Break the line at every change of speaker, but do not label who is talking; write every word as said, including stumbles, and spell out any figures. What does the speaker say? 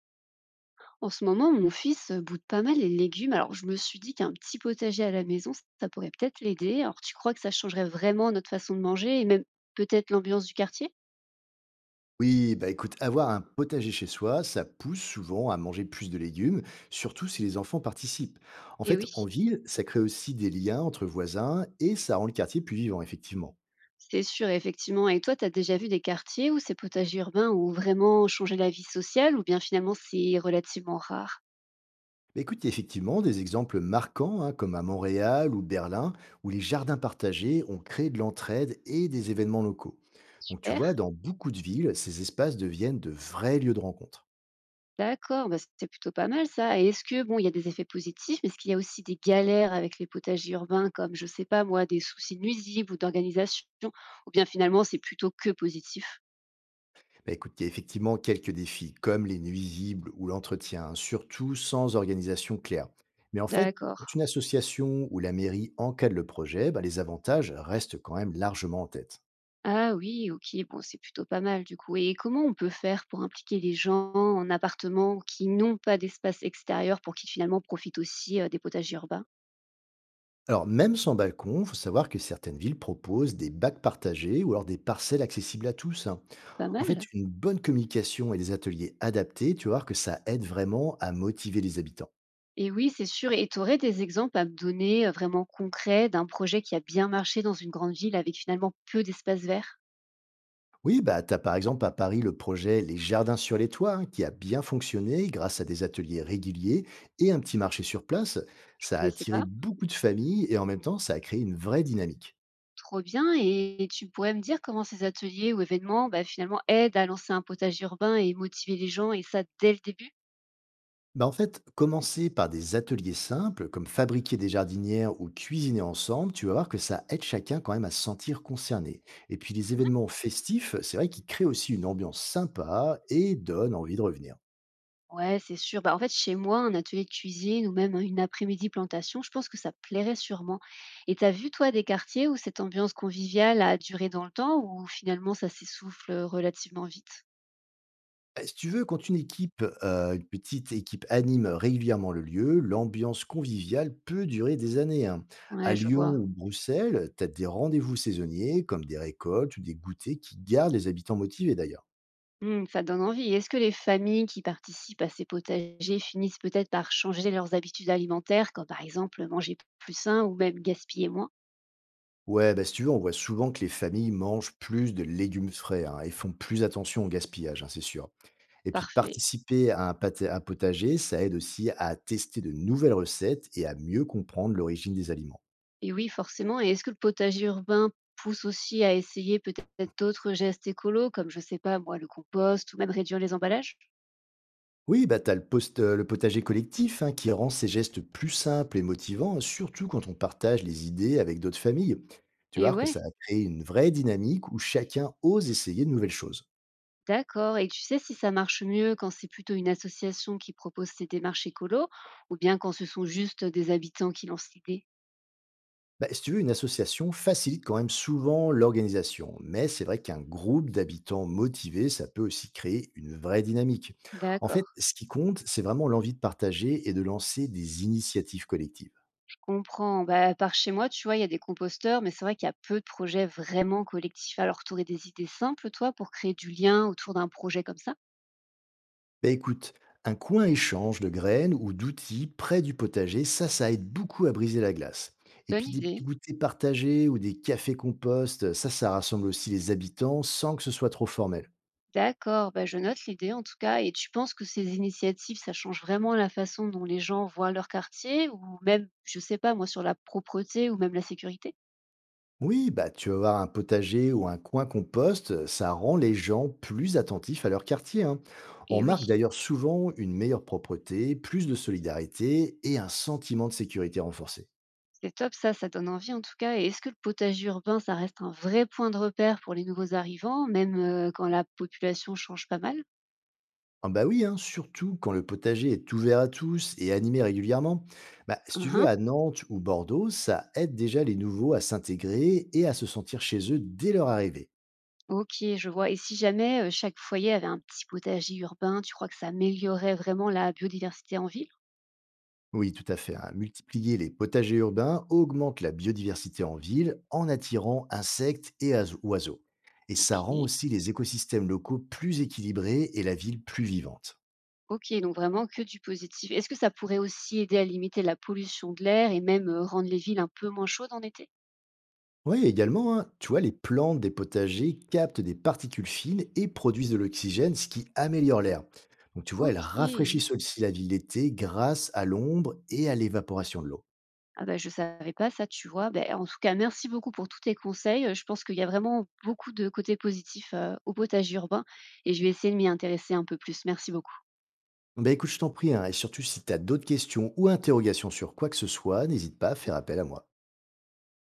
En ce moment, mon fils euh, boude pas mal les légumes. Alors, je me suis dit qu'un petit potager à la maison, ça pourrait peut-être l'aider. Alors, tu crois que ça changerait vraiment notre façon de manger et même peut-être l'ambiance du quartier.
Oui, bah écoute, avoir un potager chez soi, ça pousse souvent à manger plus de légumes, surtout si les enfants participent. En
Eh
fait,
oui,
en ville, ça crée aussi des liens entre voisins et ça rend le quartier plus vivant, effectivement.
c'est sûr, effectivement. Et toi, tu as déjà vu des quartiers où ces potagers urbains ont vraiment changé la vie sociale ou bien finalement c'est relativement rare?
Bah écoute, il y a effectivement des exemples marquants, hein, comme à Montréal ou Berlin, où les jardins partagés ont créé de l'entraide et des événements locaux. Donc tu
Super.
vois, dans beaucoup de villes, ces espaces deviennent de vrais lieux de rencontre.
D'accord, bah, c'est plutôt pas mal ça, et est-ce que bon, il y a des effets positifs, mais est-ce qu'il y a aussi des galères avec les potagers urbains comme, je sais pas moi, des soucis nuisibles ou d'organisation? Ou bien finalement c'est plutôt que positif?
Bah, écoute, il y a effectivement quelques défis, comme les nuisibles ou l'entretien, hein, surtout sans organisation claire. Mais en fait,
D'accord.
quand une association ou la mairie encadre le projet, bah, les avantages restent quand même largement en tête.
Ah oui, OK, bon, c'est plutôt pas mal du coup, et comment on peut faire pour impliquer les gens en appartement qui n'ont pas d'espace extérieur pour qu'ils finalement profitent aussi, heu, des potagers urbains?
Alors, même sans balcon, il faut savoir que certaines villes proposent des bacs partagés ou alors des parcelles accessibles à tous, hein.
Pas
En fait,
mal.
une bonne communication et des ateliers adaptés, tu vas voir que ça aide vraiment à motiver les habitants.
Et oui, c'est sûr. Et tu aurais des exemples à me donner, heu, vraiment concrets d'un projet qui a bien marché dans une grande ville avec finalement peu d'espace vert?
Oui, bah, tu as par exemple à Paris le projet Les Jardins sur les Toits, hein, qui a bien fonctionné grâce à des ateliers réguliers et un petit marché sur place.
Je
Ça a
connaissais
attiré
pas.
beaucoup de familles et en même temps, ça a créé une vraie dynamique.
Trop bien, et tu pourrais me dire comment ces ateliers ou événements, bah, finalement aident à lancer un potager urbain et motiver les gens et ça dès le début?
Bah, en fait, commencer par des ateliers simples, comme fabriquer des jardinières ou cuisiner ensemble, tu vas voir que ça aide chacun quand même à se sentir concerné. Et puis les
Mmh.
événements festifs, c'est vrai qu'ils créent aussi une ambiance sympa et donnent envie de revenir.
Ouais, c'est sûr. Bah, en fait, chez moi, un atelier de cuisine ou même une après-midi plantation, je pense que ça plairait sûrement. Et t'as vu, toi, des quartiers où cette ambiance conviviale a duré dans le temps ou finalement ça s'essouffle, euh, relativement vite?
Bah, si tu veux, quand une équipe, heu, une petite équipe anime régulièrement le lieu, l'ambiance conviviale peut durer des années, hein. À
Ouais, je
Lyon
vois.
ou Bruxelles, tu as des rendez-vous saisonniers comme des récoltes ou des goûters qui gardent les habitants motivés d'ailleurs.
Mmh, ça donne envie. Est-ce que les familles qui participent à ces potagers finissent peut-être par changer leurs habitudes alimentaires, comme par exemple manger plus sain ou même gaspiller moins?
Ouais, bah, si tu veux, on voit souvent que les familles mangent plus de légumes frais, hein, et font plus attention au gaspillage, hein, c'est sûr. Et puis
Parfait.
participer à un pâté un potager, ça aide aussi à tester de nouvelles recettes et à mieux comprendre l'origine des aliments.
Et oui, forcément. Et est-ce que le potager urbain pousse aussi à essayer peut-être d'autres gestes écolos, comme je sais pas moi, le compost ou même réduire les emballages?
Oui, bah, t'as le, post- euh, le potager collectif, hein, qui rend ces gestes plus simples et motivants, hein, surtout quand on partage les idées avec d'autres familles. Tu
Et
vois que
ouais,
ça a créé une vraie dynamique où chacun ose essayer de nouvelles choses.
d'accord. Et tu sais si ça marche mieux quand c'est plutôt une association qui propose ces démarches écolos ou bien quand ce sont juste des habitants qui lancent l'idée?
Bah, si tu veux, une association facilite quand même souvent l'organisation, mais c'est vrai qu'un groupe d'habitants motivés, ça peut aussi créer une vraie dynamique. En
D'accord.
fait, ce qui compte, c'est vraiment l'envie de partager et de lancer des initiatives collectives.
Comprends. Bah, par chez moi, tu vois, il y a des composteurs, mais c'est vrai qu'il y a peu de projets vraiment collectifs. Alors, tu aurais des idées simples, toi, pour créer du lien autour d'un projet comme ça?
Bah écoute, un coin échange de graines ou d'outils près du potager, ça, ça aide beaucoup à briser la glace. Et
Bonne
puis des petits
idée.
goûters partagés ou des cafés compost, ça, ça rassemble aussi les habitants sans que ce soit trop formel.
D'accord, bah, je note l'idée en tout cas. Et tu penses que ces initiatives, ça change vraiment la façon dont les gens voient leur quartier ou même, je sais pas, moi, sur la propreté ou même la sécurité?
Oui, bah tu vas voir un potager ou un coin compost, ça rend les gens plus attentifs à leur quartier, hein. On
Et oui,
marque d'ailleurs souvent une meilleure propreté, plus de solidarité et un sentiment de sécurité renforcé.
c'est top ça, ça donne envie en tout cas. Et est-ce que le potager urbain, ça reste un vrai point de repère pour les nouveaux arrivants, même euh, quand la population change pas mal?
Ah bah oui, hein, surtout quand le potager est ouvert à tous et animé régulièrement. Bah, si tu veux,
Uhum.
à Nantes ou Bordeaux, ça aide déjà les nouveaux à s'intégrer et à se sentir chez eux dès leur arrivée.
OK, je vois, et si jamais, heu, chaque foyer avait un petit potager urbain, tu crois que ça améliorerait vraiment la biodiversité en ville?
Oui, tout à fait, hein. Multiplier les potagers urbains augmente la biodiversité en ville en attirant insectes et as- oiseaux. Et ça rend
OK,
aussi les écosystèmes locaux plus équilibrés et la ville plus vivante.
OK, donc vraiment que du positif. Est-ce que ça pourrait aussi aider à limiter la pollution de l'air et même, heu, rendre les villes un peu moins chaudes en été?
Oui, également, hein, tu vois, les plantes des potagers captent des particules fines et produisent de l'oxygène, ce qui améliore l'air. Donc, tu vois, elles
OK.
rafraîchissent aussi la ville l'été grâce à l'ombre et à l'évaporation de l'eau.
Ah bah, je savais pas ça, tu vois? Ben en tout cas, merci beaucoup pour tous tes conseils, heu, je pense qu'il y a vraiment beaucoup de côtés positifs, heu, au potager urbain et je vais essayer de m'y intéresser un peu plus. Merci beaucoup.
Ben écoute, je t'en prie, hein, et surtout si tu as d'autres questions ou interrogations sur quoi que ce soit, n'hésite pas à faire appel à moi.